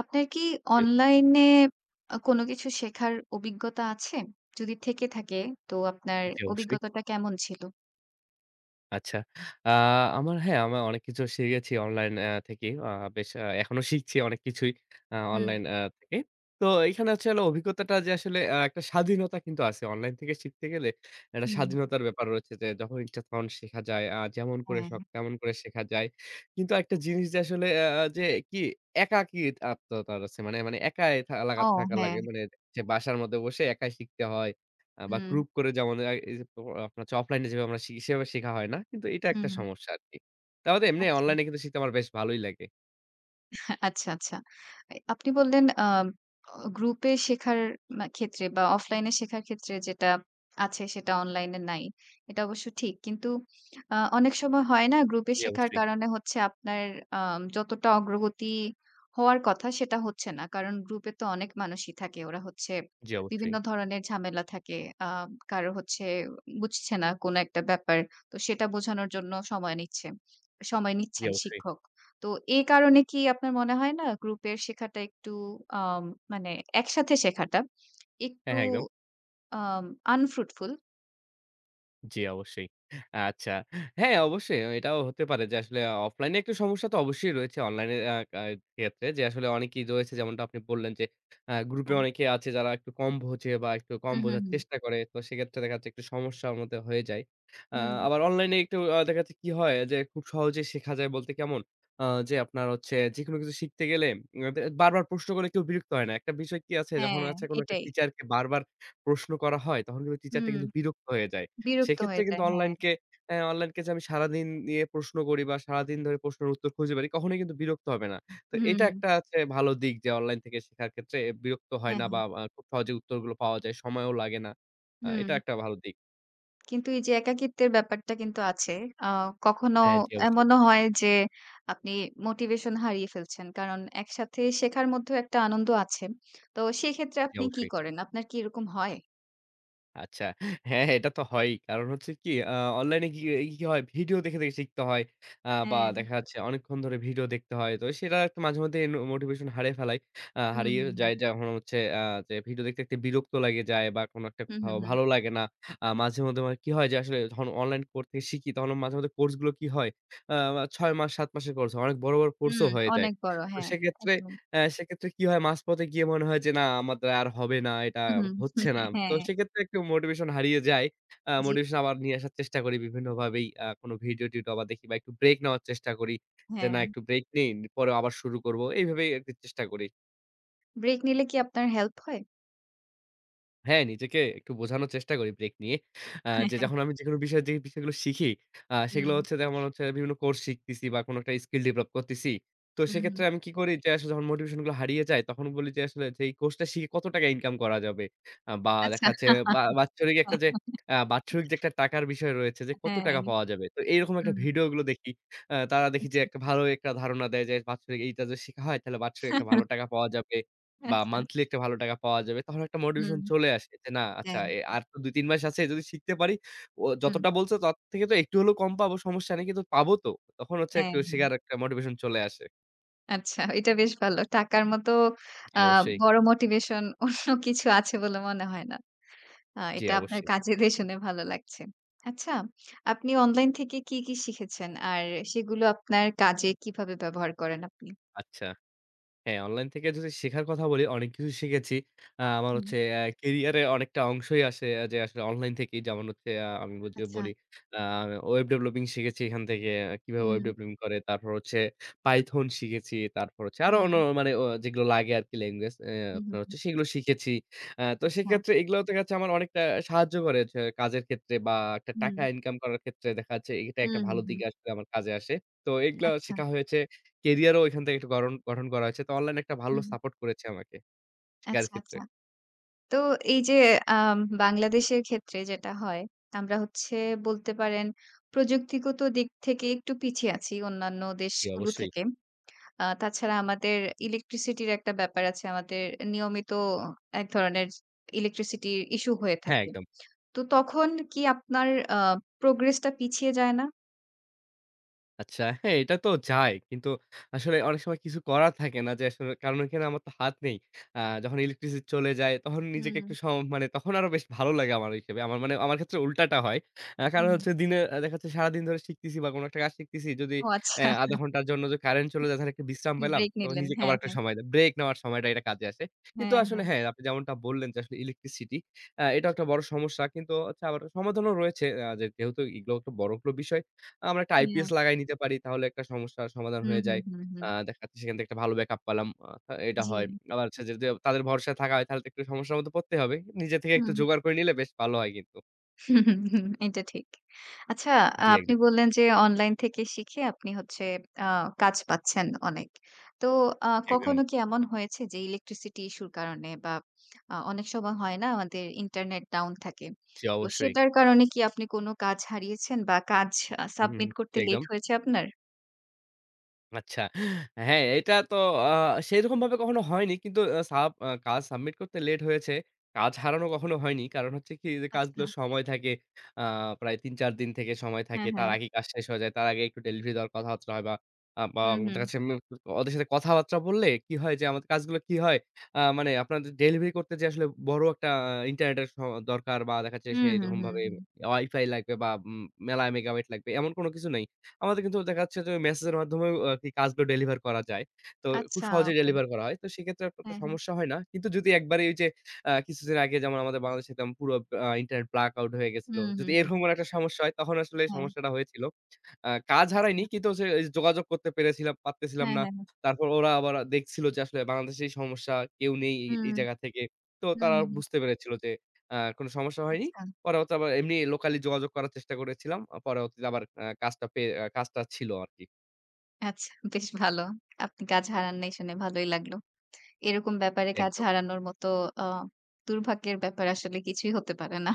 আপনার কি জি, অনলাইনে কোনো কিছু শেখার অভিজ্ঞতা আছে? যদি থেকে থাকে তো আপনার জি অবশ্যই। অভিজ্ঞতাটা কেমন ছিল? আচ্ছা। আ আমার হ্যাঁ, আমার অনেক কিছু শিখেছি অনলাইন থেকে। বেশ এখনো শিখছি অনেক কিছুই হুম, অনলাইন থেকে। তো এখানে হচ্ছে হলো অভিজ্ঞতাটা যে আসলে একটা স্বাধীনতা কিন্তু আছে। অনলাইন থেকে শিখতে গেলে একটা হুম। স্বাধীনতার ব্যাপার রয়েছে যে যখন ইচ্ছা তখন শেখা যায়। যেমন করে শখ তেমন করে শেখা যায়। কিন্তু একটা জিনিস যে আসলে যে কি একাকী আত্মতা আছে। মানে, মানে একাই থা লাগা ও থাকা হ্যাঁ। লাগে। মানে যে বাসার মধ্যে বসে একাই শিখতে হয়। বা হুম, গ্রুপ করে যেমন এই যে আপনার হচ্ছে অফলাইনে যেভাবে আমরা শিখি সেভাবে শেখা হয় না। কিন্তু এটা একটা হুম, সমস্যা আরকি। তার বাদে এমনি আচ্ছা। অনলাইনে কিন্তু শিখতে আমার বেশ ভালোই লাগে। আচ্ছা, আচ্ছা। আপনি বললেন আম অ গ্রুপে শেখার ক্ষেত্রে বা অফলাইনে শেখার ক্ষেত্রে যেটা আছে সেটা অনলাইনে নাই। এটা অবশ্য ঠিক। কিন্তু অনেক সময় হয় না গ্রুপে জি, শেখার অবশ্যই। কারণে হচ্ছে আপনার যতটা অগ্রগতি হওয়ার কথা সেটা হচ্ছে না। কারণ গ্রুপে তো অনেক মানুষই থাকে। ওরা হচ্ছে জি, অবশ্যই। বিভিন্ন ধরনের ঝামেলা থাকে। আ কারো হচ্ছে বুঝছে না কোনো একটা ব্যাপার। তো সেটা বোঝানোর জন্য সময় জি, নিচ্ছেন অবশ্যই। শিক্ষক। তো এই কারণে কি আপনার মনে হয় না গ্রুপের শেখাটা একটু আম মানে একসাথে শেখাটা হ্যাঁ, একটু হ্যাঁ, একদম। আম আনফ্রুটফুল? জি, অবশ্যই। আচ্ছা। হ্যাঁ, অবশ্যই এটাও হতে পারে যে আসলে অফলাইনে একটু সমস্যা তো অবশ্যই রয়েছে অনলাইনে আ আ ক্ষেত্রে যে আসলে অনেকেই রয়েছে যেমনটা আপনি বললেন যে গ্রুপে হ্যাঁ। অনেকে আছে যারা একটু কম বোঝে বা একটু কম হুম, হুম, বোঝার হুম। চেষ্টা করে। তো সেক্ষেত্রে দেখা যাচ্ছে একটু সমস্যার মধ্যে হয়ে যায়। আ হুম, আবার অনলাইনে একটু দেখা যাচ্ছে কি হয় যে খুব সহজেই শেখা যায় বলতে কেমন? আ যে আপনার হচ্ছে যেকোনো কিছু শিখতে গেলে উম দে বারবার প্রশ্ন করলে কেউ বিরক্ত হয় না। একটা বিষয় কি আছে যখন হ্যাঁ, আছে কোনো একটা এটাই। টিচারকে বারবার প্রশ্ন করা হয় তখন কিন্তু টিচারটা হুম, কিন্তু বিরক্ত হয়ে যায়। বিরক্ত সেক্ষেত্রে হয়ে কিন্তু যায়। হ্যাঁ, অনলাইনকে যে আমি সারাদিন নিয়ে প্রশ্ন করি বা সারাদিন ধরে প্রশ্নের উত্তর খুঁজে বেড়াই কখনোই কিন্তু বিরক্ত হবে না। তো এটা হুম, একটা আছে ভালো দিক যে অনলাইন থেকে শেখার ক্ষেত্রে বিরক্ত হয় হ্যাঁ, না বা হ্যাঁ, খুব সহজে উত্তরগুলো পাওয়া যায়, সময়ও লাগে না। এটা হুম। একটা ভালো দিক। কিন্তু এই যে একাকিত্বের ব্যাপারটা কিন্তু আছে। আ কখনো হ্যাঁ, জি অবশ্যই, এমনও হয় যে আপনি মোটিভেশন হারিয়ে ফেলছেন। কারণ একসাথে শেখার মধ্যেও একটা আনন্দ আছে। তো সেক্ষেত্রে জি আপনি কি অবশ্যই। করেন? আপনার কি এরকম হয়? আচ্ছা। হ্যাঁ, এটা তো হয়ই। কারণ হচ্ছে কি অনলাইনে কি কি হয় ভিডিও দেখে, দেখে শিখতে হয়। বা হ্যাঁ। দেখা যাচ্ছে অনেকক্ষণ ধরে ভিডিও দেখতে হয়। তো সেটা একটা মাঝে মধ্যে মোটিভেশন হারিয়ে ফেলাই। হুম, হারিয়ে হুম, যায় যখন হচ্ছে যে ভিডিও দেখতে, দেখতে বিরক্ত লাগে যায় বা কোনো একটা হুম, হুম, হুম। ভালো লাগে না। মাঝে মধ্যে মানে কি হয় যে আসলে যখন অনলাইন কোর্স থেকে শিখি তখন মাঝে মধ্যে কোর্সগুলো কি হয় আ ৬ মাস ৭ মাসের কোর্স হয়। অনেক বড়, বড় হুম, কোর্সও হয়ে যায়। অনেক বড়। তো হ্যাঁ, একদম। সেক্ষেত্রে কি হয় মাঝপথে গিয়ে মনে হয় যে না আমার দ্বারা আর হবে না, এটা হুম, হচ্ছে না। তো হ্যাঁ, সেক্ষেত্রে একটু মোটিভেশন হারিয়ে যায়। জি, মোটিভেশন আবার নিয়ে আসার চেষ্টা করি বিভিন্নভাবেই। কোনো ভিডিও-টিডিও আবার দেখি বা একটু ব্রেক নেওয়ার চেষ্টা করি। যে না হ্যাঁ। একটু ব্রেক নেই, পরে আবার শুরু করব। এইভাবেই আরকি চেষ্টা করি। ব্রেক নিলে কি আপনার হেল্প হয়? হ্যাঁ, নিজেকে একটু বোঝানোর চেষ্টা করি ব্রেক নিয়ে। যে যখন আমি যেকোনো বিষয় যে বিষয়গুলো শিখি, সেগুলো হুম, হচ্ছে যেমন হচ্ছে বিভিন্ন কোর্স শিখতেছি বা কোনো একটা স্কিল ডেভেলপ করতেছি। তো হুম, সেক্ষেত্রে হুম। আমি কি করি যে আসলে যখন মোটিভেশন গুলো হারিয়ে যায় তখন বলি যে আসলে যে এই কোর্সটা শিখে কত টাকা ইনকাম করা যাবে? বা দেখা যাচ্ছে আচ্ছা। বা বাৎসরিক একটা যে বাৎসরিক যে একটা টাকার বিষয় রয়েছে যে কত হ্যাঁ, টাকা পাওয়া যাবে? তো এইরকম একটা হুম, ভিডিও গুলো দেখি। তারা দেখি যে আচ্ছা। একটা ভালো একটা ধারণা দেয় যে বাৎসরিক এইটা যদি শেখা হয় তাহলে বাৎসরিক একটা ভালো টাকা পাওয়া যাবে। বা আচ্ছা, মান্থলি একটা ভালো টাকা পাওয়া যাবে। তখন একটা মোটিভেশন হুম, চলে আসে যে, "না আচ্ছা হ্যাঁ, এ আর তো ২-৩ মাস আছে যদি শিখতে পারি ও হুম, যতটা বলছে তার থেকে তো একটু হলেও কম পাবো সমস্যা নেই কিন্তু পাবো তো।" তখন হচ্ছে হ্যাঁ, একটু শেখার হ্যাঁ। একটা মোটিভেশন চলে আসে। আচ্ছা, এটা বেশ ভালো। টাকার মতো জি, আ অবশ্যই। বড় মোটিভেশন অন্য কিছু আছে বলে মনে হয় না। জি, এটা আপনার অবশ্যই। কাজে দিয়ে শুনে ভালো লাগছে। আচ্ছা, আপনি অনলাইন থেকে কি, কি শিখেছেন? আর সেগুলো আপনার কাজে কিভাবে ব্যবহার করেন আপনি? আচ্ছা। হ্যাঁ, অনলাইন থেকে যদি শেখার কথা বলি, অনেক কিছু শিখেছি। আমার হুম। হচ্ছে ক্যারিয়ারে অনেকটা অংশই আসে যে আসলে অনলাইন থেকেই। যেমন হচ্ছে আমি যদি আচ্ছা। বলি আ ওয়েব ডেভেলপিং শিখেছি এখান থেকে। কিভাবে ওয়েব হুম, ডেভেলপিং করে। তারপর হচ্ছে পাইথন শিখেছি। তারপর হচ্ছে আরো হুম, অন্য হুম, মানে যেগুলো লাগে আরকি ল্যাঙ্গুয়েজ হুম, আপনার হুম, হচ্ছে সেগুলো শিখেছি। তো আচ্ছা। সেক্ষেত্রে এগুলো তো কাছে আমার অনেকটা সাহায্য করে যে কাজের ক্ষেত্রে বা একটা হুম, টাকা ইনকাম করার ক্ষেত্রে দেখা যাচ্ছে এটা হুম, একটা ভালো হুম, হুম। দিকে আসলে আমার কাজে আসে। তো এগুলা আচ্ছা। শেখা হয়েছে। ক্যারিয়ারও এখান থেকে একটু গরন গঠন করা হয়েছে। তো অনলাইন একটা ভালো হুম, সাপোর্ট করেছে আমাকে শেখার আচ্ছা, ক্ষেত্রে। আচ্ছা। তো এই যে আম বাংলাদেশের ক্ষেত্রে যেটা হয়, আমরা হচ্ছে বলতে পারেন প্রযুক্তিগত দিক থেকে একটু পিছিয়ে আছি অন্যান্য জি, দেশগুলো অবশ্যই। থেকে। তাছাড়া আমাদের ইলেকট্রিসিটির একটা ব্যাপার আছে। আমাদের নিয়মিত এক ধরনের ইলেকট্রিসিটির ইস্যু হয়ে হ্যাঁ, থাকে। একদম। তো তখন কি আপনার আ প্রোগ্রেস টা পিছিয়ে যায় না? আচ্ছা, হ্যাঁ, এটা তো যায়। কিন্তু আসলে অনেক সময় কিছু করার থাকে না যে আসলে কারণ এখানে আমার তো হাত নেই। যখন ইলেকট্রিসিটি চলে যায় তখন নিজেকে হুম, একটু সম মানে তখন আরো বেশ ভালো লাগে আমার হিসেবে। আমার মানে আমার ক্ষেত্রে উল্টাটা হয়। কারণ হুম। হচ্ছে দিনে দেখা যাচ্ছে সারাদিন ধরে শিখতেছি বা কোনো একটা কাজ শিখতেছি। যদি ও আচ্ছা, ০.৫ ঘন্টার জন্য যদি কারেন্ট চলে যায় তাহলে একটু বিশ্রাম পেলাম। ব্রেক তো নিলেন। নিজেকে আবার হ্যাঁ, একটা হ্যাঁ। সময় দেই। ব্রেক নেওয়ার সময়টা এটা কাজে আসে। কিন্তু হ্যাঁ, আসলে হ্যাঁ, হ্যাঁ, আপনি যেমনটা বললেন যে আসলে ইলেকট্রিসিটি এটাও একটা বড় সমস্যা। কিন্তু হচ্ছে আবার সমাধানও রয়েছে। যে যেহেতু এগুলো একটা বড় কোনো বিষয়। আমরা একটা হ্যাঁ। আইপিএস লাগায় নিতে পারি। তাহলে একটা সমস্যার সমাধান হুম, হয়ে হুম, যায়। হুম, হুম। দেখা যাচ্ছে সেখান থেকে একটা ভালো ব্যাকআপ পেলাম। এটা জি। হয়। আবার হচ্ছে যদি তাদের ভরসায় থাকা হয় তাহলে তো একটু সমস্যার মধ্যে পড়তেই হবে। নিজে থেকে একটু হুম। জোগাড় করে নিলে বেশ ভালো হয় কিন্তু। এটা ঠিক। আচ্ছা জি আপনি একদম, বললেন যে অনলাইন থেকে শিখে আপনি হচ্ছে আ কাজ পাচ্ছেন অনেক। তো জি, একদম। কখনো কি এমন হয়েছে যে ইলেকট্রিসিটি ইস্যুর কারণে বা অনেক সময় হয় না আমাদের ইন্টারনেট ডাউন থাকে। জি তো অবশ্যই। সেটার কারণে কি আপনি কোনো কাজ হারিয়েছেন বা কাজ হুম, সাবমিট জি করতে একদম। লেট হয়েছে আপনার? আচ্ছা। হ্যাঁ, এটা তো আ সেরকমভাবে কখনো হয়নি। কিন্তু আ সাব আ কাজ সাবমিট করতে লেট হয়েছে। কাজ হারানো কখনো হয়নি। কারণ হচ্ছে কি যে আচ্ছা। কাজগুলোর সময় থাকে আ প্রায় ৩-৪ দিন থেকে সময় থাকে। হ্যাঁ, তার হ্যাঁ। আগেই কাজ শেষ হয়ে যায়। তার আগে একটু ডেলিভারি দেওয়ার কথাবার্তা হয় বা হুম, হুম। দেখা যাচ্ছে ওদের সাথে কথাবার্তা বললে কি হয় যে আমাদের কাজগুলো কি হয়? মানে আপনাদের ডেলিভারি করতে যে আসলে বড় একটা ইন্টারনেটের দরকার বা দেখা যাচ্ছে হুম, হুম, হুম, সেরকমভাবে হুম। ওয়াইফাই লাগবে বা মেলা মেগাবাইট লাগবে এমন কোনো কিছু নেই। আমাদের কিন্তু দেখা যাচ্ছে যে ওই মেসেজের মাধ্যমেও আরকি কাজগুলো ডেলিভার করা যায়। তো খুব আচ্ছা সহজেই ওকে। ডেলিভার করা হয়। তো সেক্ষেত্রে অতটা হ্যাঁ, হ্যাঁ। সমস্যা হয় না। কিন্তু যদি একবারে ওই যে কিছুদিন আগে যেমন আমাদের বাংলাদেশে একদম পুরো ইন্টারনেট ব্ল্যাক আউট হয়ে গেছিল। হুম, যদি হুম, হুম। এরকম কোনো একটা সমস্যা হয় তখন আসলে এই হ্যাঁ, সমস্যাটা হয়েছিল। কাজ আচ্ছা। হারায়নি কিন্তু হচ্ছে এই যোগাযোগ করতে পেরেছিলাম পারতেছিলাম হ্যাঁ, না। হ্যাঁ, হ্যাঁ। তারপর ওরা আবার দেখছিল যে আসলে বাংলাদেশেই সমস্যা, কেউ নেই এই হুম, এই জায়গা থেকে। তো হুম, তারা হুম, হুম। বুঝতে পেরেছিল যে কোনো সমস্যা হয়নি। আচ্ছা, পরে হচ্ছে আবার এমনি লোকালি যোগাযোগ করার চেষ্টা করেছিলাম। পরে হচ্ছে যে আবার কাজটা পেয়ে কাজটা ছিল আরকি। আচ্ছা বেশ ভালো। আপনি কাজ হারান নাই শুনে ভালোই লাগলো। এরকম ব্যাপারে কাজ একদম। হারানোর মতো আ দুর্ভাগ্যের ব্যাপার আসলে কিছুই হতে পারে না।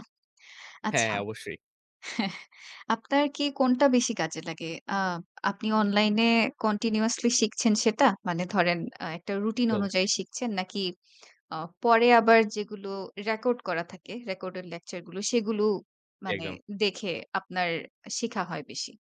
হ্যাঁ, আচ্ছা হ্যাঁ, অবশ্যই। আপনার কি কোনটা বেশি কাজে লাগে? আ আপনি অনলাইনে কন্টিনিউয়াসলি শিখছেন সেটা? মানে ধরেন একটা রুটিন জি, অনুযায়ী অবশ্যই। শিখছেন নাকি আ পরে আবার যেগুলো রেকর্ড করা থাকে, রেকর্ডেড লেকচার গুলো সেগুলো জি, মানে একদম। দেখে আপনার শিখা হয় বেশি?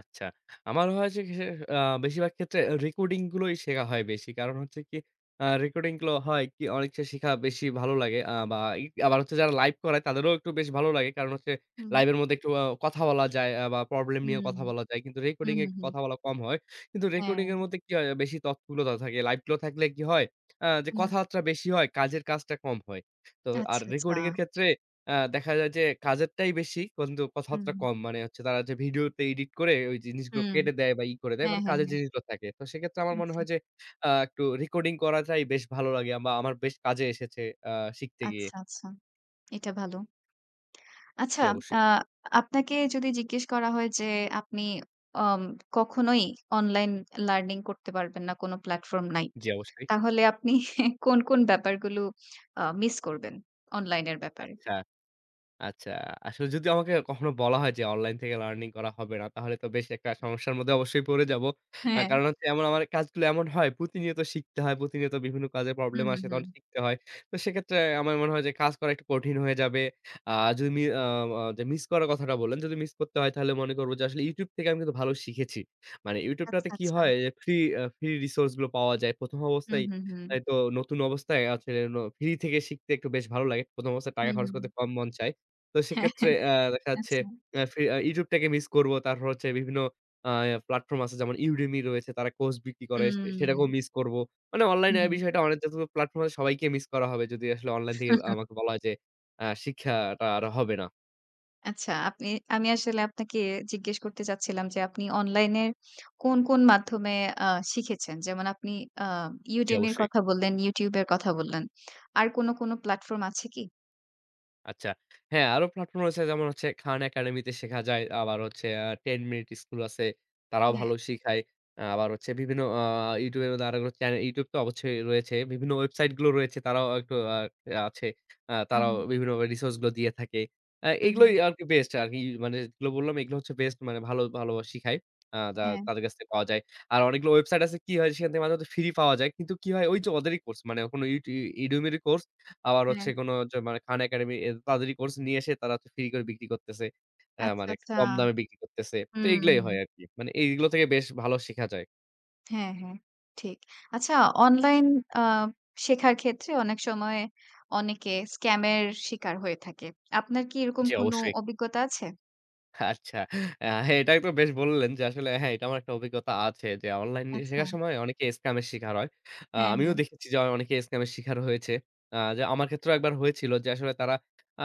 আচ্ছা। আমার হয় যে সে আ বেশিরভাগ ক্ষেত্রে রেকর্ডিং গুলোই শেখা হয় বেশি। কারণ হচ্ছে কি রেকর্ডিং গুলো হয় কি অনেক শেখা বেশি ভালো লাগে। আ বা ই আবার হচ্ছে যারা লাইভ করায় তাদেরও একটু বেশ ভালো লাগে। কারণ হচ্ছে হুম, লাইভের মধ্যে একটু কথা বলা যায় বা প্রবলেম নিয়ে হুম। কথা বলা যায়। কিন্তু রেকর্ডিং হুম, এ হুম, একটু হুম। কথা বলা কম হয়। কিন্তু রেকর্ডিং হ্যাঁ, এর মধ্যে কি হয় বেশি তৎপরতা থাকে। লাইভ গুলো থাকলে কি হয় যে হুম। কথাবার্তা বেশি হয়, কাজের কাজটা কম হয়। তো আর আচ্ছা, আচ্ছা। রেকর্ডিং এর ক্ষেত্রে দেখা যায় যে কাজেরটাই বেশি কিন্তু হুম, কথাবার্তা কম। মানে হচ্ছে তারা যে ভিডিওতে এডিট করে ওই জিনিসগুলো হুম। কেটে দেয় বা ই করে দেয় হ্যাঁ, মানে হ্যাঁ, কাজের হ্যাঁ। জিনিসগুলো থাকে। তো সেক্ষেত্রে আমার মনে আচ্ছা, হয় যে একটু রেকর্ডিং করাটাই বেশ ভালো লাগে বা আমার বেশ কাজে এসেছে আ শিখতে গিয়ে। আচ্ছা, আচ্ছা। এটা ভালো। জি আচ্ছা, অবশ্যই, আ আপনাকে যদি জিজ্ঞেস করা হয় যে আপনি অম কখনোই অনলাইন লার্নিং করতে পারবেন না, কোনো প্ল্যাটফর্ম নাই। জি অবশ্যই। তাহলে আপনি কোন, কোন ব্যাপারগুলো মিস করবেন অনলাইনের ব্যাপারে? আচ্ছা। আচ্ছা। আসলে যদি আমাকে কখনো বলা হয় যে অনলাইন থেকে লার্নিং করা হবে না, তাহলে তো বেশ একটা সমস্যার মধ্যে অবশ্যই পড়ে যাবো। হ্যাঁ। কারণ হচ্ছে এমন আমার কাজগুলো এমন হয় প্রতিনিয়ত শিখতে হয়। প্রতিনিয়ত বিভিন্ন কাজের হুম, প্রবলেম হুম, আসে তখন হুম। শিখতে হয়। তো সেক্ষেত্রে আমার মনে হয় যে কাজ করা একটু কঠিন হয়ে যাবে। আ যদি মি আ আ যে মিস করার কথাটা বললেন, যদি মিস করতে হয় তাহলে মনে করব যে আসলে YouTube থেকে আমি কিন্তু ভালো শিখেছি। মানে YouTube আচ্ছা, টাতে কি আচ্ছা। হয় যে ফ্রি ফ্রি রিসোর্স গুলো পাওয়া যায়। ১ম হুম, অবস্থায় হুম, হুম। এই তো নতুন অবস্থায় আছে ফ্রি থেকে শিখতে একটু বেশ ভালো লাগে। ১ম অবস্থায় টাকা হুম, খরচ হুম। করতে কম মন চায়। তো হ্যাঁ, সেক্ষেত্রে দেখা যাচ্ছে আচ্ছা। অ্যা ফে আ YouTube টাকে মিস করব। তারপর হচ্ছে বিভিন্ন আ প্ল্যাটফর্ম আছে যেমন Udemy রয়েছে তারা কোর্স বিক্রি করে সে সেটাকেও উম মিস করব। মানে অনলাইনে হুম, এই হুম। বিষয়টা অনেক যতগুলো প্ল্যাটফর্ম আছে সবাইকে মিস করা হবে যদি আসলে অনলাইন থেকে আমাকে বলা হয় যে শিক্ষাটা আর হবে না। আচ্ছা, আপনি আমি আসলে আপনাকে জিজ্ঞেস করতে চাচ্ছিলাম যে আপনি অনলাইনের কোন, কোন মাধ্যমে আ শিখেছেন? যেমন আপনি আ জি, Udemy এর অবশ্যই। কথা বললেন, YouTube এর কথা বললেন। আর কোন, কোন প্ল্যাটফর্ম আছে কি? আচ্ছা। হ্যাঁ, আরো প্ল্যাটফর্ম রয়েছে যেমন হচ্ছে খান একাডেমিতে শেখা যায়। আবার হচ্ছে ১০ মিনিট স্কুল আছে। তারাও হ্যাঁ। ভালো শিখায়। আবার হচ্ছে বিভিন্ন YouTube এর মধ্যে আরেকগুলো চ্যানেল YouTube তো অবশ্যই রয়েছে। বিভিন্ন ওয়েবসাইট গুলো রয়েছে তারাও একটু আছে। হুম, তারাও বিভিন্ন রিসোর্স গুলো দিয়ে থাকে। হুম, এগুলোই হুম, আরকি বেস্ট আরকি মানে যেগুলো বললাম এগুলো হচ্ছে বেস্ট মানে ভালো, ভালো শিখায়। যা হ্যাঁ, তাদের কাছ থেকে পাওয়া যায়। আর অনেকগুলো ওয়েবসাইট আছে কি হয় সেখান থেকে মাঝে, মাঝে ফ্রি পাওয়া যায়। কিন্তু কি হয় ওই যে ওদেরই কোর্স মানে কোনো Udemy কোর্স আবার হ্যাঁ। হচ্ছে কোনো যে মানে খান একাডেমি এ তাদেরই কোর্স নিয়ে এসে তারা হচ্ছে ফ্রি করে বিক্রি করতেছে। আচ্ছা, মানে একটু আচ্ছা। কম দামে বিক্রি করতেছে। তো হুম, এগুলাই হুম। হয় আরকি। মানে এইগুলো থেকে বেশ ভালো শিখা যায়। হ্যাঁ, হ্যাঁ, ঠিক। আচ্ছা অনলাইন আ শেখার ক্ষেত্রে অনেক সময় অনেকে স্ক্যামের শিকার হয়ে থাকে। আপনার কি এরকম জি, কোনো অবশ্যই। অভিজ্ঞতা আছে? আচ্ছা। হ্যাঁ, এটা তো বেশ বললেন যে আসলে হ্যাঁ, এটা আমার একটা অভিজ্ঞতা আছে যে অনলাইন আচ্ছা। শেখার সময় অনেকে স্ক্যামের শিকার হয়। হ্যাঁ, আমিও হ্যাঁ, দেখেছি যে অনেকে স্ক্যামের শিকার হয়েছে। যে আমার ক্ষেত্রেও একবার হয়েছিল যে আসলে তারা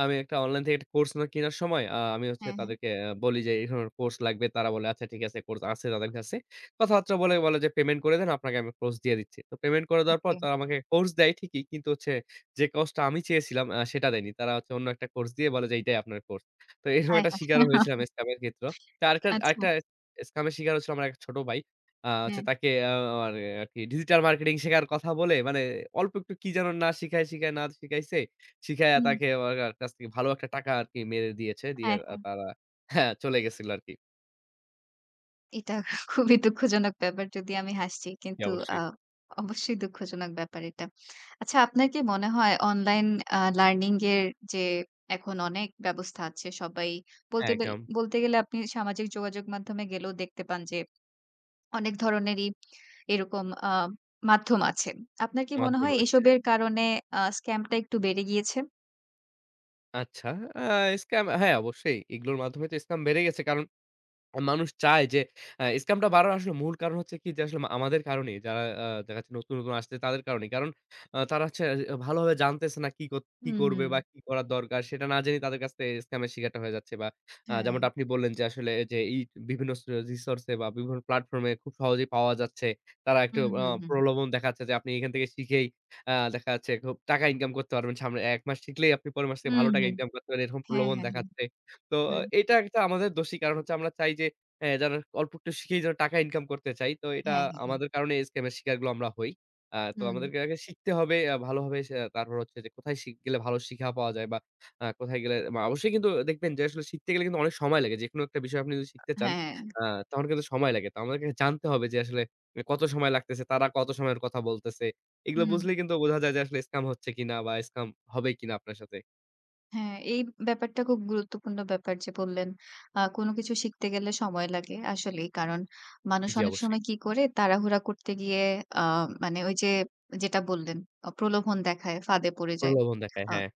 আমি একটা অনলাইন থেকে একটা কোর্স না কেনার সময় আমি হচ্ছে হ্যাঁ, হ্যাঁ। তাদেরকে বলি যে এই ধরনের কোর্স লাগবে। তারা বলে আচ্ছা ঠিক আছে কোর্স আছে তাদের কাছে। কথাবার্তা বলে বলে যে পেমেন্ট করে দেন আপনাকে আমি কোর্স দিয়ে দিচ্ছি। তো পেমেন্ট করে দেওয়ার পর ওকে। তারা আমাকে কোর্স দেয় ঠিকই কিন্তু হচ্ছে যে কোর্সটা আমি চেয়েছিলাম সেটা দেয়নি। তারা হচ্ছে অন্য একটা কোর্স দিয়ে বলে যে এইটাই আপনার কোর্স। তো এরকম আয় একটা শিকার হায়! হয়েছিলাম স্কাম এর ক্ষেত্রেও। তো আরেকটা আচ্ছা, আরেকটা স্কাম এর শিকার হয়েছিল আমার এক ছোট ভাই। হচ্ছে হ্যাঁ। তাকে মানে আরকি ডিজিটাল মার্কেটিং শেখার কথা বলে মানে অল্প একটু কি যেন না শিখায়, শিখায় না শিখাইছে। শিখাইয়া হুম। তাকে আমার কাছ থেকে ভালো একটা টাকা আরকি মেরে দিয়েছে। দিয়ে হ্যাঁ, হ্যাঁ। তারা হ্যাঁ, চলে গেছিল আরকি। এটা খুবই দুঃখজনক ব্যাপার যদি আমি হাসছি। জি, কিন্তু অবশ্যই। অবশ্যই দুঃখজনক ব্যাপার এটা। আচ্ছা আপনার কি মনে হয় অনলাইন লার্নিং এর যে এখন অনেক ব্যবস্থা আছে সবাই হ্যাঁ, বলতে বেল একদম বলতে গেলে আপনি সামাজিক যোগাযোগ মাধ্যমে গেলেও দেখতে পান যে অনেক ধরনেরই এরকম মাধ্যম আছে। আপনার কি মনে মাধ্যম হয় রয়েছে। হ্যাঁ। এসবের কারণে স্ক্যামটা একটু বেড়ে গিয়েছে? আচ্ছা, আ স্কাম হ্যাঁ, অবশ্যই এগুলোর মাধ্যমে তো স্কাম বেড়ে গেছে। কারণ মানুষ চায় যে স্ক্যামটা বাড়ার আসলে মূল কারণ হচ্ছে কি যে আসলে আমাদের কারণেই। যারা দেখা যাচ্ছে নতুন, নতুন আসছে তাদের কারণেই। কারণ তারা হচ্ছে ভালোভাবে জানতেছে না কি কি হুম, করবে হুম। বা কি করা দরকার সেটা না জেনেই তাদের কাছ থেকে স্ক্যামের শিকারটা হয়ে যাচ্ছে বা হ্যাঁ। যেমনটা আপনি বললেন যে আসলে যে এই বিভিন্ন রিসোর্স এ বা বিভিন্ন প্ল্যাটফর্ম এ খুব সহজেই পাওয়া যাচ্ছে। তারা একটু হুম, হুম, হুম। প্রলোভন দেখাচ্ছে যে আপনি এখান থেকে শিখেই দেখা যাচ্ছে খুব টাকা ইনকাম করতে পারবেন। সামনে ১ মাস শিখলেই আপনি পরের মাস থেকে হুম, ভালো টাকা হুম। ইনকাম করতে পারেন। এরকম হ্যাঁ, প্রলোভন হ্যাঁ, হ্যাঁ, দেখাচ্ছে। তো হ্যাঁ, এটা একটা আমাদের দোষী। কারণ হচ্ছে আমরা চাই যে যেন অল্প একটু শিখেই যেন টাকা ইনকাম করতে চাই। তো এটা হ্যাঁ। আমাদের কারণে এই স্ক্যাম এর শিকারগুলো আমরা হই। তো হুম, আমাদেরকে আগে শিখতে হবে ভালোভাবে সে তারপর হচ্ছে যে কোথায় গেলে ভালো শিক্ষা পাওয়া যায় বা কোথায় গেলে অবশ্যই কিন্তু দেখবেন যে আসলে শিখতে গেলে কিন্তু অনেক সময় লাগে। যেকোনো একটা বিষয় আপনি যদি শিখতে চান হ্যাঁ, আ তখন কিন্তু সময় লাগে। তো আমাদেরকে জানতে হবে যে আসলে এ কত সময় লাগতেছে, তারা কত সময়ের কথা বলতেছে। এগুলো হুম, বুঝলেই কিন্তু বোঝা যায় যে আসলে স্ক্যাম হচ্ছে কিনা বা স্ক্যাম হবে কিনা আপনার সাথে। হ্যাঁ, এই ব্যাপারটা খুব গুরুত্বপূর্ণ ব্যাপার যে বললেন, কোনো কিছু শিখতে গেলে সময় লাগে। আসলেই কারণ মানুষ জি, অনেক অবশ্যই। সময় কি করে তাড়াহুড়া করতে গিয়ে আ মানে ওই যে যেটা বললেন প্রলোভন দেখায়, ফাঁদে পড়ে যায়। প্রলোভন দেখায়। আ হ্যাঁ,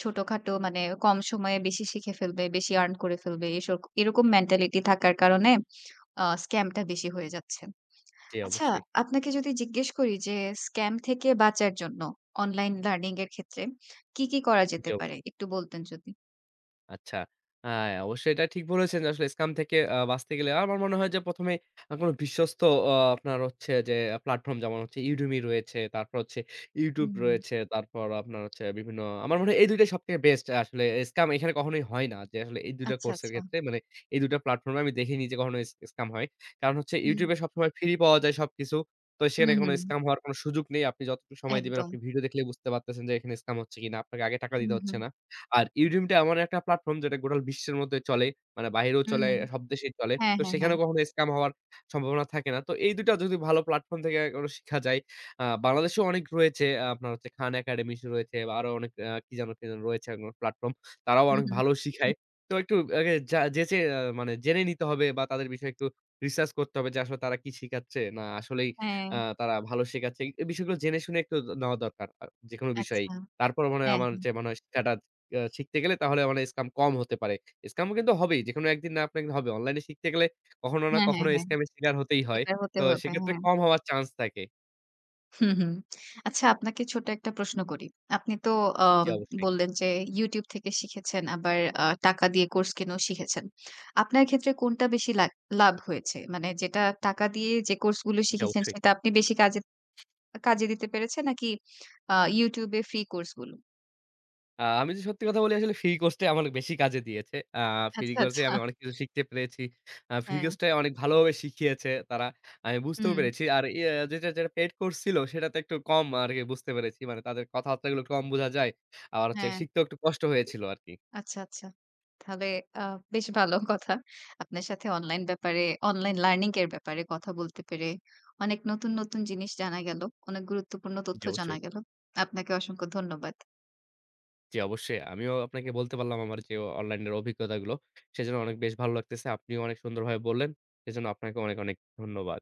ছোটখাটো মানে কম সময়ে বেশি শিখে ফেলবে, বেশি আর্ন করে ফেলবে। এরকম মেন্টালিটি থাকার কারণে স্ক্যামটা বেশি হয়ে যাচ্ছে। জি আচ্ছা, অবশ্যই। আপনাকে যদি জিজ্ঞেস করি যে স্ক্যাম থেকে বাঁচার জন্য অনলাইন লার্নিং এর ক্ষেত্রে কি, কি করা জি, যেতে পারে? অবশ্যই। একটু বলতেন যদি? আচ্ছা। হ্যাঁ, অবশ্যই এটা ঠিক বলেছেন যে আসলে স্কাম থেকে বাঁচতে গেলে আমার মনে হয় যে ১ম এ কোনো বিশ্বস্ত আপনার হচ্ছে যে প্ল্যাটফর্ম যেমন হচ্ছে Udemy রয়েছে, তারপর হচ্ছে হুম, YouTube হুম। রয়েছে, তারপর আপনার হচ্ছে বিভিন্ন আমার মনে হয় এই ২ টাই সবথেকে বেস্ট। আসলে স্কাম এখানে কখনোই হয় না। যে আসলে এই ২ টা আচ্ছা, কোর্সের আচ্ছা। ক্ষেত্রে মানে এই ২ টা প্ল্যাটফর্মে আমি দেখিনি যে কখনো স্কাম হয়। কারণ হচ্ছে হুম, YouTube এ সবসময় ফ্রি পাওয়া যায় সবকিছু। তো হুম, সেখানে কোনো হুম, স্কাম হওয়ার কোনো সুযোগ নেই। আপনি যতটুকু সময় দিবেন একদম। আপনি ভিডিও দেখলেই বুঝতে পারতেছেন যে এখানে স্কাম হচ্ছে কিনা। আপনাকে আগে টাকা হুম, দিতে হচ্ছে হুম, না। আর ইউডেমিটা এমন একটা প্ল্যাটফর্ম যেটা গোটা বিশ্বের মধ্যে চলে। মানে বাহিরেও চলে, হুম। সব দেশেই চলে। হ্যাঁ, তো হ্যাঁ, হ্যাঁ। সেখানেও কখনো স্কাম হওয়ার সম্ভাবনা থাকে না। তো এই ২ টা যদি ভালো প্ল্যাটফর্ম থেকে কোনো শিখা যায়। বাংলাদেশেও অনেক রয়েছে। আপনার হচ্ছে খান একাডেমি রয়েছে বা আরো অনেক কি যেন, কি যেন রয়েছে প্ল্যাটফর্ম। তারাও হুম, অনেক ভালো শিখায়। হুম। তো একটু আগে যা যেচে মানে জেনে নিতে হবে বা তাদের বিষয়ে একটু রিসার্চ করতে হবে যে আসলে তারা কি শিখাচ্ছে? না আসলেই হ্যাঁ, তারা ভালো শেখাচ্ছে। এই বিষয়গুলো জেনে শুনে একটু নেওয়া দরকার। যেকোনো বিষয়েই। আচ্ছা। তারপর মনে হয় হ্যাঁ, আমার যে মনে হয় শিক্ষাটা শিখতে গেলে তাহলে মানে স্কাম কম হতে পারে। স্কামও কিন্তু হবেই। যেকোনো একদিন না আপনার হবে। অনলাইনে শিখতে গেলে কখনো না হ্যাঁ, হ্যাঁ, কখনো হ্যাঁ। স্কামের শিকার হতেই হয়। শিকার হতে তো হবে। সেক্ষেত্রে হ্যাঁ। কম হওয়ার চান্স থাকে। হুম, হুম। আচ্ছা আপনাকে ছোট্ট একটা প্রশ্ন করি। আপনি তো জি আম অবশ্যই, বললেন যে YouTube থেকে শিখেছেন আবার টাকা দিয়ে কোর্স কিনেও শিখেছেন। আপনার ক্ষেত্রে কোনটা বেশি লাভ হয়েছে? মানে যেটা টাকা দিয়ে যে কোর্সগুলো জি শিখেছেন অবশ্যই। সেটা আপনি বেশি কাজে কাজে দিতে পেরেছেন নাকি YouTube এ ফ্রি কোর্সগুলো? আমি যদি সত্যি কথা বলি আসলে ফ্রি কোর্সটাই আমার বেশি কাজে দিয়েছে। ফ্রি আচ্ছা, কোর্সে আচ্ছা। আমি অনেক কিছু শিখতে পেরেছি। ফ্রি হ্যাঁ। কোর্সটাই অনেক ভালোভাবে শিখিয়েছে তারা। আমি বুঝতেও হুম, পেরেছি। আর ইয়া যেটা পেইড কোর্স ছিল সেটাতে একটু কম আরকি বুঝতে পেরেছি। মানে তাদের কথাবার্তাগুলো কম বোঝা যায়। আবার হচ্ছে হ্যাঁ। শিখতেও একটু কষ্ট হয়েছিল আরকি। আচ্ছা, আচ্ছা। তাহলে আ বেশ ভালো কথা। আপনার সাথে অনলাইন ব্যাপারে অনলাইন লার্নিং এর ব্যাপারে কথা বলতে পেরে অনেক নতুন, নতুন জিনিস জানা গেল। অনেক গুরুত্বপূর্ণ তথ্য জি জানা অবশ্যই। গেল। আপনাকে অসংখ্য ধন্যবাদ। জি, অবশ্যই। আমিও আপনাকে বলতে পারলাম আমার যে অনলাইনের অভিজ্ঞতাগুলো। সেজন্য অনেক বেশ ভালো লাগতেছে। আপনিও অনেক সুন্দরভাবে বললেন। সেজন্য আপনাকে অনেক, অনেক ধন্যবাদ।